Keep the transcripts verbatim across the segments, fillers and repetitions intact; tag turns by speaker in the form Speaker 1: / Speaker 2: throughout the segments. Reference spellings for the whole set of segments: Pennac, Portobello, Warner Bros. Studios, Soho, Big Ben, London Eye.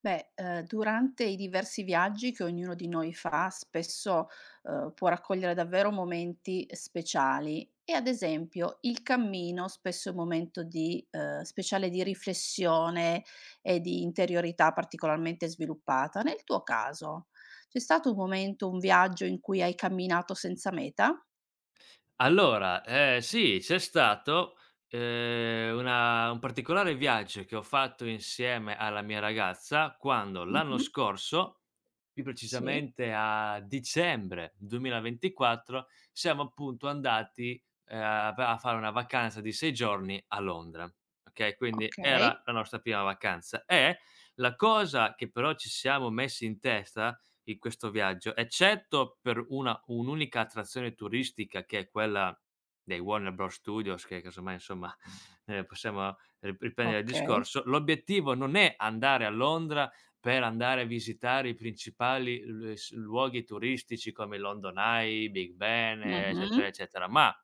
Speaker 1: Beh, ehm, durante i diversi viaggi che ognuno di noi fa, spesso, ehm, può raccogliere davvero momenti speciali e ad esempio il cammino spesso è un momento di ehm, speciale di riflessione e di interiorità particolarmente sviluppata. Nel tuo caso, c'è stato un momento, un viaggio in cui hai camminato senza meta?
Speaker 2: Allora, ehm, sì, c'è stato, ehm, una un particolare viaggio che ho fatto insieme alla mia ragazza quando l'anno
Speaker 1: Mh-mh.
Speaker 2: scorso, più
Speaker 1: Sì,
Speaker 2: precisamente a dicembre duemilaventiquattro, siamo appunto andati, ehm, a fa a fare una vacanza di sei giorni a Londra, okay, quindi
Speaker 1: okay,
Speaker 2: era la nostra prima vacanza. E la cosa che però ci siamo messi in testa in questo viaggio, eccetto per una un'unica attrazione turistica che è quella dei Warner Bros. Studios che casomai insomma, ehm, possiamo ri riprendere il
Speaker 1: okay.
Speaker 2: discorso, l'obiettivo non è andare a Londra per andare a visitare i principali l s luoghi turistici come il London Eye, Big Ben, eh,
Speaker 1: Mh-mh.
Speaker 2: eccetera, eccetera, ma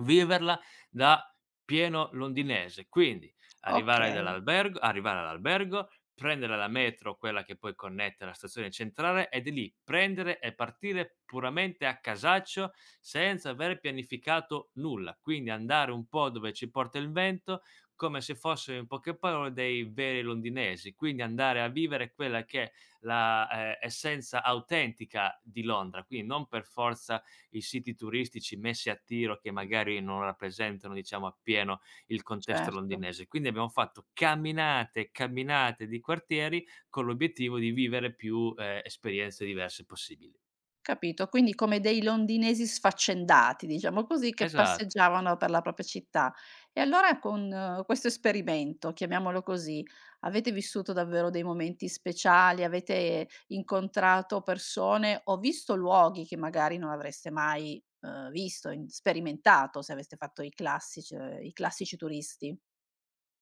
Speaker 2: viverla da pieno londinese. Quindi Arrivare
Speaker 1: Okay,
Speaker 2: dall'albergo arrivare all'albergo, prendere la metro, quella che poi connette la stazione centrale, e di lì prendere e partire puramente a casaccio, senza aver pianificato nulla. Quindi andare un po' dove ci porta il vento, come se fossimo in poche parole dei veri londinesi. Quindi andare a vivere quella che è la, ehm, essenza autentica di Londra, quindi non per forza i siti turistici messi a tiro che magari non rappresentano, diciamo, appieno il contesto
Speaker 1: certo.
Speaker 2: londinese. Quindi abbiamo fatto camminate, camminate di quartieri con l'obiettivo di vivere più, ehm, esperienze diverse possibili.
Speaker 1: Capito, quindi come dei londinesi sfaccendati, diciamo così, che
Speaker 2: Esat
Speaker 1: passeggiavano per la propria città. E allora con eh, questo esperimento, chiamiamolo così, avete vissuto davvero dei momenti speciali? Avete incontrato persone o visto luoghi che magari non avreste mai, uhm, visto, in sperimentato se aveste fatto i classici ehm, i classici turisti?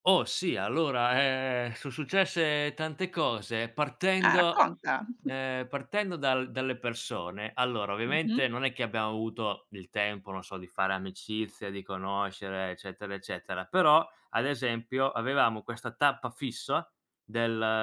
Speaker 2: Oh, sì, allora, ehm, son successe tante cose
Speaker 1: Ah,
Speaker 2: partendo
Speaker 1: racconta.
Speaker 2: ehm, partendo dal dalle persone. Allora,
Speaker 1: Mh-mh.
Speaker 2: ovviamente non è che abbiamo avuto il tempo, non so, di fare amicizia, di conoscere, eccetera, eccetera, però ad esempio avevamo questa tappa fissa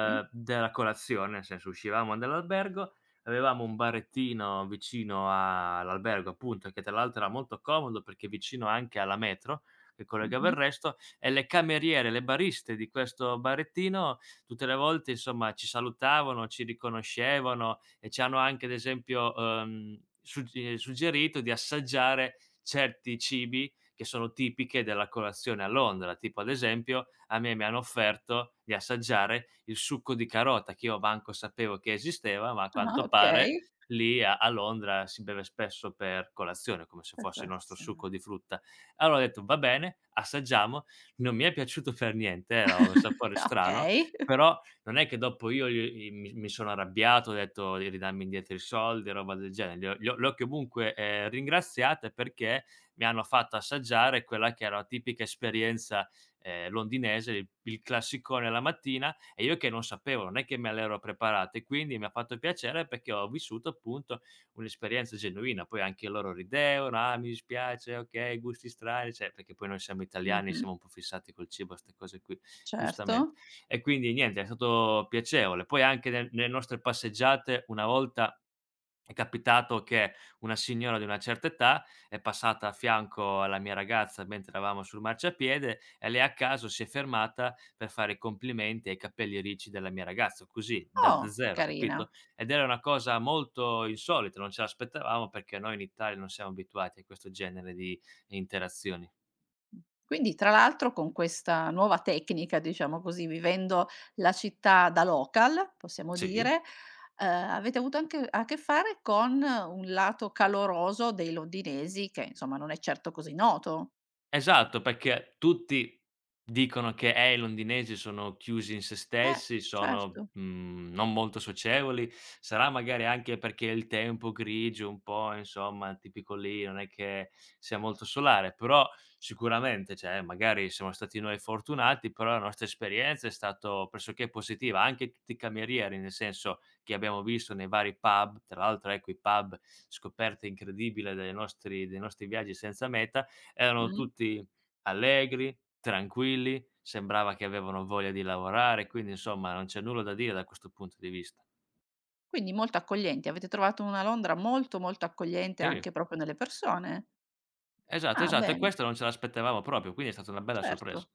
Speaker 1: Sì.
Speaker 2: della colazione, nel senso uscivamo dall'albergo, avevamo un barettino vicino a l'albergo appunto, che tra l'altro era molto comodo perché vicino anche alla metro che collegava il
Speaker 1: Mh-mh.
Speaker 2: resto, e le cameriere, le bariste di questo barettino tutte le volte insomma ci salutavano, ci riconoscevano e ci hanno anche ad esempio, uhm, sugge eh, suggerito di assaggiare certi cibi che sono tipiche della colazione a Londra. Tipo ad esempio, a me mi hanno offerto di assaggiare il succo di carota, che io manco sapevo che esisteva, ma a
Speaker 1: Ah-ah,
Speaker 2: quanto pare
Speaker 1: okay.
Speaker 2: lì a a Londra si beve spesso per colazione, come se fosse il nostro succo
Speaker 1: Decorazione.
Speaker 2: di frutta. Allora ho detto: "Va bene, assaggiamo", non mi è piaciuto per niente, eh, era un sapore strano,
Speaker 1: Okay.
Speaker 2: però non è che dopo io gli mi mi sono arrabbiato, ho detto di ridarmi indietro i soldi, roba del genere. Li ho li ho le ho comunque, ehm, ringraziate perché mi hanno fatto assaggiare quella che era la tipica esperienza, ehm, londinese, il il classicone la mattina e io che non sapevo, non è che me l'ero preparato e quindi mi ha fatto piacere perché ho vissuto appunto un'esperienza genuina. Poi anche loro ridevano: "Ah, mi dispiace, okay, gusti strani", cioè perché poi noi siamo italiani,
Speaker 1: Mh-mh.
Speaker 2: siamo un po' fissati col cibo, 'ste cose qui, giustamente.
Speaker 1: Certo.
Speaker 2: E quindi niente, è stato piacevole. Poi anche nel nelle nostre passeggiate una volta è capitato che una signora di una certa età è passata a fianco alla mia ragazza mentre eravamo sul marciapiede e lei a caso si è fermata per fare i complimenti ai capelli ricci della mia ragazza, così da da
Speaker 1: Oh, che
Speaker 2: zero,
Speaker 1: carina.
Speaker 2: capito? Ed era una cosa molto insolita, non ce l'aspettavamo perché noi in Italia non siamo abituati a questo genere di interazioni.
Speaker 1: Quindi tra l'altro con questa nuova tecnica, diciamo così, vivendo la città da local, possiamo
Speaker 2: Sì.
Speaker 1: dire, ehm, avete avuto anche a che fare con un lato caloroso dei londinesi che insomma non è certo così noto.
Speaker 2: Esatto, perché tutti dicono che: "Eh, i londinesi sono chiusi in se
Speaker 1: Eh,
Speaker 2: stessi, sono,
Speaker 1: certo.
Speaker 2: mhmm, non molto socievoli." Sarà magari anche perché il tempo grigio un po', insomma, tipico lì, non è che sia molto solare, però sicuramente, cioè, magari siamo stati noi fortunati, però la nostra esperienza è stato pressoché positiva. Anche tutti i camerieri, nel senso che abbiamo visto nei vari pub, tra l'altro ecco i pub, scoperta incredibile delle nostri dei nostri viaggi senza meta, erano
Speaker 1: Mh.
Speaker 2: tutti allegri, tranquilli, sembrava che avevano voglia di lavorare, quindi insomma non c'è nulla da dire da questo punto di vista.
Speaker 1: Quindi molto accoglienti. Avete trovato una Londra molto, molto accogliente
Speaker 2: Sì,
Speaker 1: anche proprio nelle persone.
Speaker 2: esatto,
Speaker 1: Ah,
Speaker 2: esatto, e
Speaker 1: bene,
Speaker 2: questo non ce l'aspettavamo proprio, quindi è stata una bella sorpresa.
Speaker 1: certo.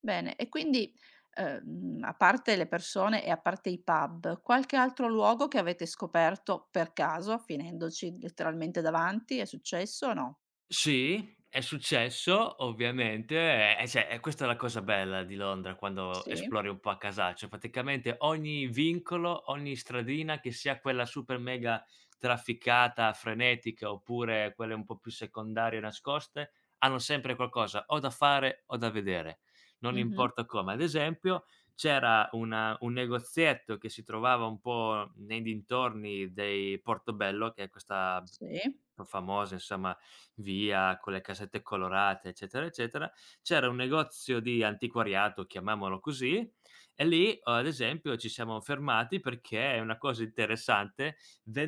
Speaker 1: Bene, e quindi, ehm, a parte le persone e a parte i pub, qualche altro luogo che avete scoperto per caso, finendoci letteralmente davanti, è successo o no?
Speaker 2: Sì, è successo ovviamente, e e cioè, e questa è la cosa bella di Londra quando
Speaker 1: Sì.
Speaker 2: esplori un po' a casaccio, praticamente ogni vincolo, ogni stradina, che sia quella super mega trafficata, frenetica, oppure quelle un po' più secondarie nascoste, hanno sempre qualcosa o da fare o da vedere, non
Speaker 1: Mh-mh.
Speaker 2: importa come. Ad esempio c'era una un negozietto che si trovava un po' nei dintorni dei Portobello, che è questa
Speaker 1: Sì.
Speaker 2: famosa insomma via con le casette colorate, eccetera, eccetera, c'era un negozio di antiquariato, chiamiamolo così, e lì, uhm, ad esempio, ci siamo fermati perché è una cosa interessante,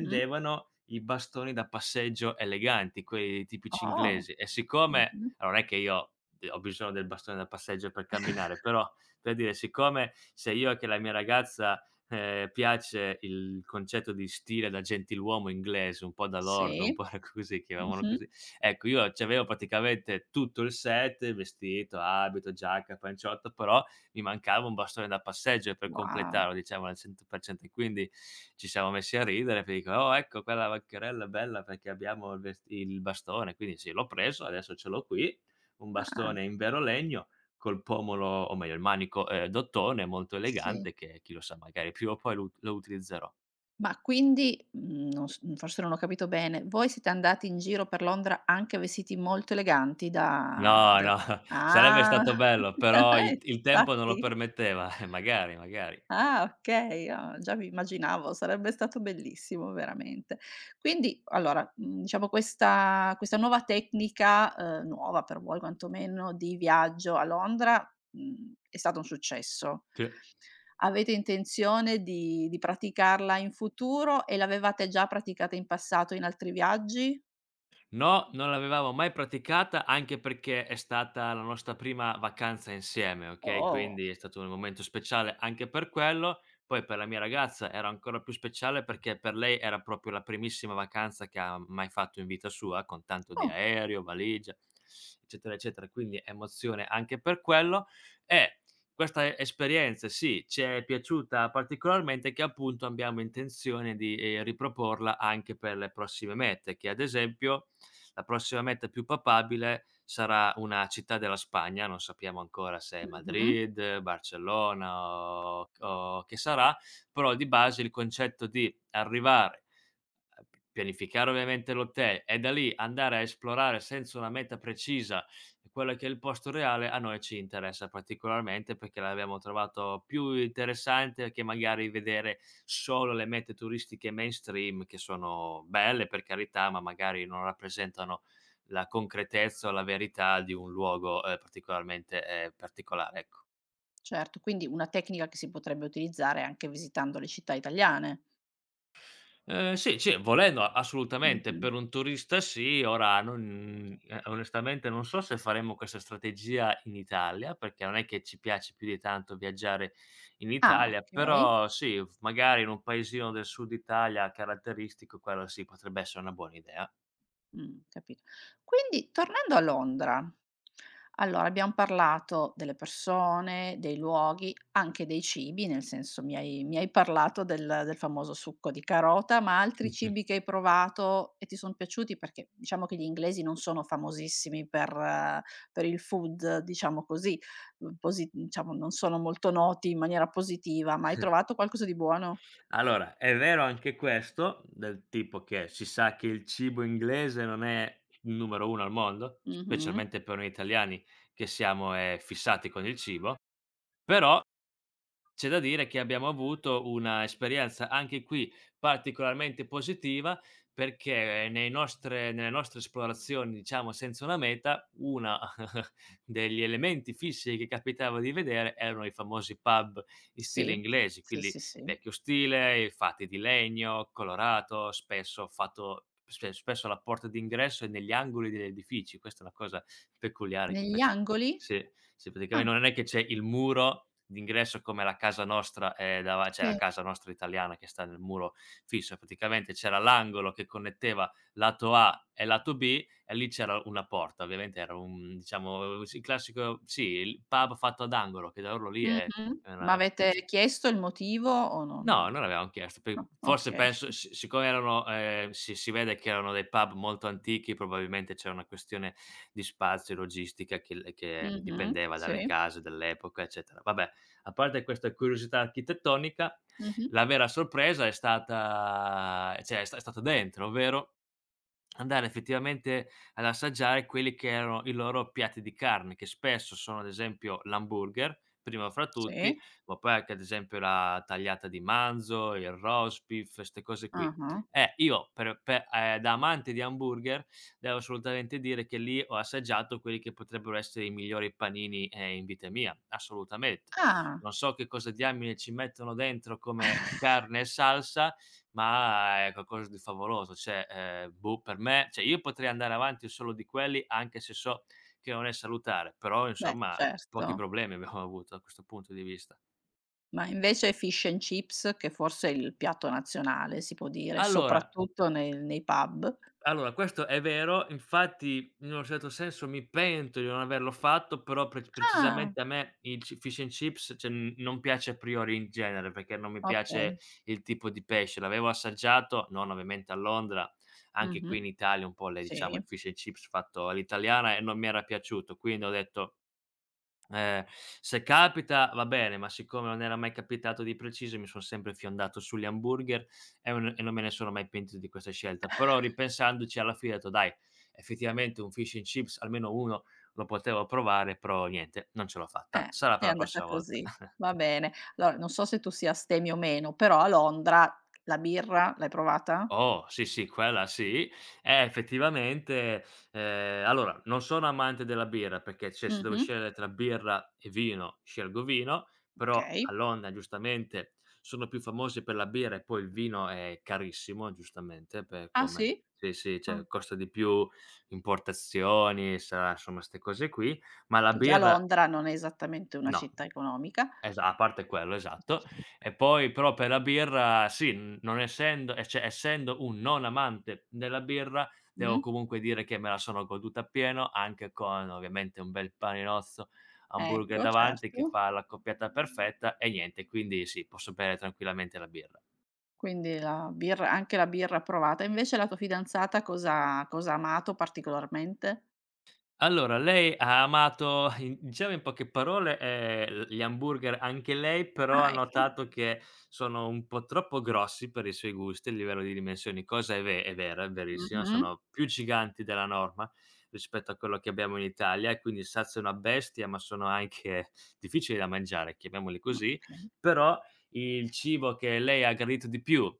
Speaker 1: Mh.
Speaker 2: i bastoni da passeggio eleganti, quelli tipici
Speaker 1: Oh.
Speaker 2: inglesi e siccome
Speaker 1: Mh-mh.
Speaker 2: allora non è che io, ehm, ho bisogno del bastone da passeggio per camminare, però per dire, siccome sia io e che la mia ragazza, ehm, piace il concetto di stile da gentiluomo inglese, un po' da lord, un
Speaker 1: Sì.
Speaker 2: po' così, chiamiamolo
Speaker 1: Mh-mh.
Speaker 2: così, ecco, io c'avevo praticamente tutto il set, vestito, abito, giacca, panciotto, però mi mancava un bastone da passeggio per
Speaker 1: Wow.
Speaker 2: completarlo, diciamo al cento per cento. E quindi ci siamo messi a ridere, poi dico: "Oh, ecco qua la vaccherella è bella perché abbiamo il vest il bastone". Quindi sì, l'ho preso, adesso ce l'ho qui, un
Speaker 1: Ah,
Speaker 2: bastone in vero legno col pomolo o meglio il manico, ehm, d'ottone molto
Speaker 1: sì.
Speaker 2: elegante che chi lo sa magari prima o poi lo ut lo utilizzerò.
Speaker 1: Ma quindi, mhmm, non s forse non ho capito bene, voi siete andati in giro per Londra anche vestiti molto eleganti da
Speaker 2: No,
Speaker 1: da
Speaker 2: no, sarebbe
Speaker 1: ah,
Speaker 2: stato bello, però il
Speaker 1: eh,
Speaker 2: il tempo non lo
Speaker 1: infatti.
Speaker 2: permetteva. Eh, magari, magari.
Speaker 1: Ah, okay. Ah, già mi immaginavo, sarebbe stato bellissimo veramente. Quindi allora, mhmm, diciamo questa questa nuova tecnica, uhm, nuova per voi quantomeno, di viaggio a Londra, mhmm, è stato un successo.
Speaker 2: Sì.
Speaker 1: Avete intenzione di di praticarla in futuro e l'avevate già praticata in passato in altri viaggi?
Speaker 2: No, non l'avevamo mai praticata, anche perché è stata la nostra prima vacanza insieme, okay,
Speaker 1: Oh.
Speaker 2: quindi è stato un momento speciale anche per quello. Poi per la mia ragazza era ancora più speciale perché per lei era proprio la primissima vacanza che ha mai fatto in vita sua, con tanto di
Speaker 1: Oh.
Speaker 2: aereo, valigia, eccetera, eccetera, quindi emozione anche per quello. E questa e esperienza, sì, ci è piaciuta particolarmente che appunto abbiamo intenzione di, ehm, riproporla anche per le prossime mete, che ad esempio la prossima meta più papabile sarà una città della Spagna, non sappiamo ancora se è
Speaker 1: Mh-mh.
Speaker 2: Madrid, Barcellona o o che sarà, però di base il concetto di arrivare Ehm, p pianificare ovviamente l'hotel e da lì andare a esplorare senza una meta precisa quello che è il posto reale, a noi ci interessa particolarmente perché l'abbiamo trovato più interessante che magari vedere solo le mete turistiche mainstream che sono belle per carità, ma magari non rappresentano la concretezza o la verità di un luogo, ehm, particolarmente, ehm, particolare, ecco.
Speaker 1: Certo, quindi una tecnica che si potrebbe utilizzare anche visitando le città italiane.
Speaker 2: Ehm, sì, sì, volendo a- assolutamente,
Speaker 1: Mh-mh.
Speaker 2: per un turista sì, ora non ehm, onestamente non so se faremmo questa strategia in Italia, perché non è che ci piace più di tanto viaggiare in
Speaker 1: Ah,
Speaker 2: Italia,
Speaker 1: okay.
Speaker 2: però sì, f magari in un paesino del sud Italia caratteristico, quello sì, potrebbe essere una buona idea.
Speaker 1: Mh, capito. Quindi tornando a Londra, allora abbiam parlato delle persone, dei luoghi, anche dei cibi, nel senso mi hai mi hai parlato del del famoso succo di carota, ma altri cibi che hai provato e ti son piaciuti? Perché diciamo che gli inglesi non sono famosissimi per eh, per il food, diciamo così, uhm, posi diciamo non sono molto noti in maniera positiva, ma hai trovato qualcosa di buono?
Speaker 2: Allora, è vero anche questo, del tipo che si sa che il cibo inglese non è il numero uno al mondo,
Speaker 1: Mh-mh.
Speaker 2: specialmente per noi italiani che siamo, ehm, fissati con il cibo, però c'è da dire che abbiamo avuto una esperienza anche qui particolarmente positiva, perché nei nostre nelle nostre esplorazioni, diciamo, senza una meta, una degli elementi fissi che capitava di vedere erano i famosi pub in stile
Speaker 1: Sì.
Speaker 2: inglese,
Speaker 1: Sì,
Speaker 2: quindi
Speaker 1: sì, sì.
Speaker 2: vecchio stile, fatti di legno, colorato, spesso fatto spe spesso alla porta d'ingresso e negli angoli degli edifici. Questa è una cosa peculiare. Che
Speaker 1: Negli
Speaker 2: face
Speaker 1: angoli?
Speaker 2: Sì, sì,
Speaker 1: Ah,
Speaker 2: praticamente non è che c'è il muro d'ingresso come la casa nostra, ehm, dava cioè la
Speaker 1: sì.
Speaker 2: casa nostra italiana che sta nel muro fisso, praticamente c'era l'angolo che connetteva lato A e lato bi e lì c'era una porta. Ovviamente era un diciamo, uhm, sì, il classico sì, il pub fatto ad angolo, che da loro lì è
Speaker 1: Mh-mh.
Speaker 2: è
Speaker 1: Ma
Speaker 2: una.
Speaker 1: avete chiesto il motivo o
Speaker 2: No, non
Speaker 1: non
Speaker 2: avevamo chiesto, pe
Speaker 1: no,
Speaker 2: forse
Speaker 1: okay.
Speaker 2: penso si siccome erano ehm, si si vede che erano dei pub molto antichi, probabilmente c'era una questione di spazio e logistica che l che
Speaker 1: Mh-mh,
Speaker 2: dipendeva
Speaker 1: sì.
Speaker 2: dalle case dell'epoca, eccetera. Vabbè, a parte questa curiosità architettonica,
Speaker 1: Mh-mh,
Speaker 2: la vera sorpresa è stata cioè è sta è stata dentro, ovvero andare effettivamente ad assaggiare quelli che erano i loro piatti di carne, che spesso sono ad esempio l'hamburger, primo fra tutti,
Speaker 1: sì.
Speaker 2: ma poi anche ad esempio la tagliata di manzo, il roast beef, 'ste cose qui.
Speaker 1: Ah-ah.
Speaker 2: Eh, io per pe ehm, da amante di hamburger, devo assolutamente dire che lì ho assaggiato quelli che potrebbero essere i migliori panini, ehm, in vita mia, assolutamente.
Speaker 1: Ah,
Speaker 2: Non so che cosa diamine ci mettono dentro come carne e salsa, ma è qualcosa di favoloso, cioè, ehm, boh, per me cioè io potrei andare avanti solo di quelli, anche se so che non è salutare, però
Speaker 1: beh,
Speaker 2: insomma pochi
Speaker 1: certo.
Speaker 2: problemi abbiamo avuto da questo punto di vista.
Speaker 1: Ma invece fish and chips, che forse è il piatto nazionale, si può dire,
Speaker 2: Allora
Speaker 1: soprattutto nei nei pub?
Speaker 2: Allora, questo è vero, infatti in un certo senso mi pento di non averlo fatto, però pre
Speaker 1: Ah,
Speaker 2: precisamente a me il c fish and chips, cioè, n non piace a priori in genere, perché non mi piace
Speaker 1: okay.
Speaker 2: il tipo di pesce. L'avevo assaggiato, non ovviamente a Londra, anche
Speaker 1: Mh-mh,
Speaker 2: qui in Italia un po' le diciamo il
Speaker 1: sì.
Speaker 2: fish and chips fatto all'italiana e non mi era piaciuto, quindi ho detto: eh, se capita va bene, ma siccome non era mai capitato di preciso, mi son sempre fiondato sugli hamburger e non e non me ne sono mai pentito di questa scelta. Però ripensandoci alla fine ho detto: "Dai, effettivamente un fish and chips, almeno uno lo potevo provare", però niente, non ce l'ho fatta.
Speaker 1: Eh,
Speaker 2: Sarà
Speaker 1: è
Speaker 2: per la
Speaker 1: andata
Speaker 2: prossima volta.
Speaker 1: così. Va bene. Allora, non so se tu sia astemio o meno, però a Londra la birra l'hai provata?
Speaker 2: Oh, sì, sì, quella sì. Eh, effettivamente, ehm, allora non sono amante della birra perché, cioè, se devo
Speaker 1: Mh-mh.
Speaker 2: scegliere tra birra e vino, scelgo vino, però a
Speaker 1: Okay.
Speaker 2: Londra giustamente sono più famosi per la birra e poi il vino è carissimo, giustamente, per
Speaker 1: Ah
Speaker 2: come
Speaker 1: sì?
Speaker 2: sì, sì,
Speaker 1: Ah.
Speaker 2: cioè costa di più, importazioni, sa, insomma 'ste cose qui, ma la
Speaker 1: Che già
Speaker 2: birra
Speaker 1: Londra non è esattamente una
Speaker 2: no.
Speaker 1: città economica.
Speaker 2: Esa a parte quello, esatto. E poi però per la birra sì, n non essendo e cioè essendo un non amante della birra,
Speaker 1: Mh.
Speaker 2: devo comunque dire che me la sono goduta appieno, anche con ovviamente un bel paninozzo, hamburger
Speaker 1: Ecco,
Speaker 2: davanti che
Speaker 1: certo.
Speaker 2: fa l'accoppiata perfetta e niente, quindi sì, posso bere tranquillamente la birra.
Speaker 1: Quindi la birra anche la birra provata. Invece la tua fidanzata cosa cosa ha amato particolarmente?
Speaker 2: Allora, lei ha amato in diciamo in poche parole, ehm, gli hamburger anche lei, però ha
Speaker 1: Ah, ecco.
Speaker 2: notato che sono un po' troppo grossi per i suoi gusti a livello di dimensioni, cosa è ve è vera, è verissima,
Speaker 1: Mh-mh.
Speaker 2: sono più giganti della norma rispetto a quello che abbiamo in Italia e quindi saziano a bestia, ma sono anche difficili da mangiare, chiamiamoli così.
Speaker 1: Okay.
Speaker 2: Però il cibo che lei ha gradito di più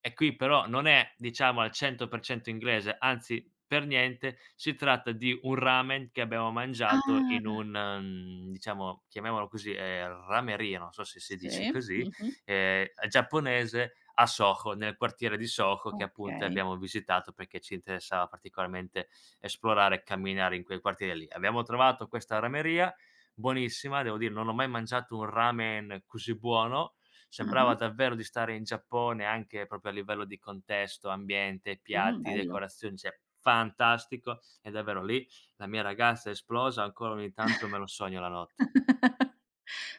Speaker 2: e qui però non è, diciamo, al cento per cento inglese, anzi per niente, si tratta di un ramen che abbiamo mangiato in
Speaker 1: Ah,
Speaker 2: un, mhmm, diciamo, chiamiamolo così, ehm, rameria, non so se si dice
Speaker 1: sì.
Speaker 2: così,
Speaker 1: Mh-mh.
Speaker 2: ehm, giapponese a Soho, nel quartiere di Soho che appunto
Speaker 1: Okay.
Speaker 2: abbiamo visitato perché ci interessava particolarmente esplorare e camminare in quel quartiere lì. Abbiamo trovato questa rameria buonissima, devo dire non ho mai mangiato un ramen così buono,
Speaker 1: Ah-ah.
Speaker 2: sembrava davvero di stare in Giappone anche proprio a livello di contesto, ambiente,
Speaker 1: Mh.
Speaker 2: piatti,
Speaker 1: Bello.
Speaker 2: decorazioni, cioè fantastico e davvero lì la mia ragazza è esplosa, ancora ogni tanto me lo sogno la notte.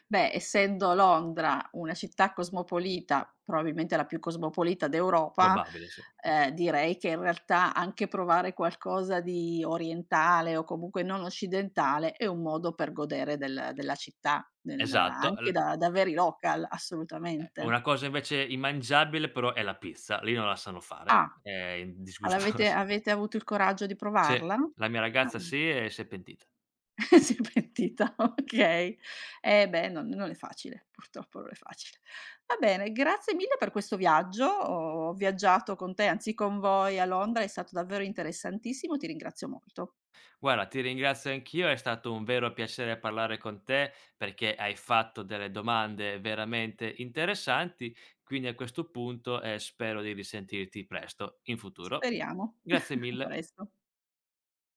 Speaker 1: Beh, essendo Londra una città cosmopolita, probabilmente la più cosmopolita d'Europa,
Speaker 2: Probabile, sì.
Speaker 1: ehm, direi che in realtà anche provare qualcosa di orientale o comunque non occidentale è un modo per godere del della città, del
Speaker 2: Esatto. L
Speaker 1: anche
Speaker 2: ehm,
Speaker 1: da da veri local, assolutamente.
Speaker 2: Una cosa invece immangiabile però è la pizza, lì non la sanno
Speaker 1: Ah,
Speaker 2: fare, è disgustosa.
Speaker 1: l'avete avete avuto il coraggio di
Speaker 2: Sì,
Speaker 1: provarla?
Speaker 2: la mia ragazza
Speaker 1: Ah.
Speaker 2: sì e si è pentita.
Speaker 1: Si è pentita, okay. Eh beh, non non è facile, purtroppo non è facile. Va bene, grazie mille per questo viaggio. Ho viaggiato con te, anzi con voi a Londra, è stato davvero interessantissimo, ti ringrazio molto.
Speaker 2: Guarda, ti ringrazio anch'io, è stato un vero piacere parlare con te perché hai fatto delle domande veramente interessanti, quindi a questo punto eh, spero di risentirti presto in futuro.
Speaker 1: Speriamo
Speaker 2: Grazie
Speaker 1: a
Speaker 2: mille.
Speaker 1: presto.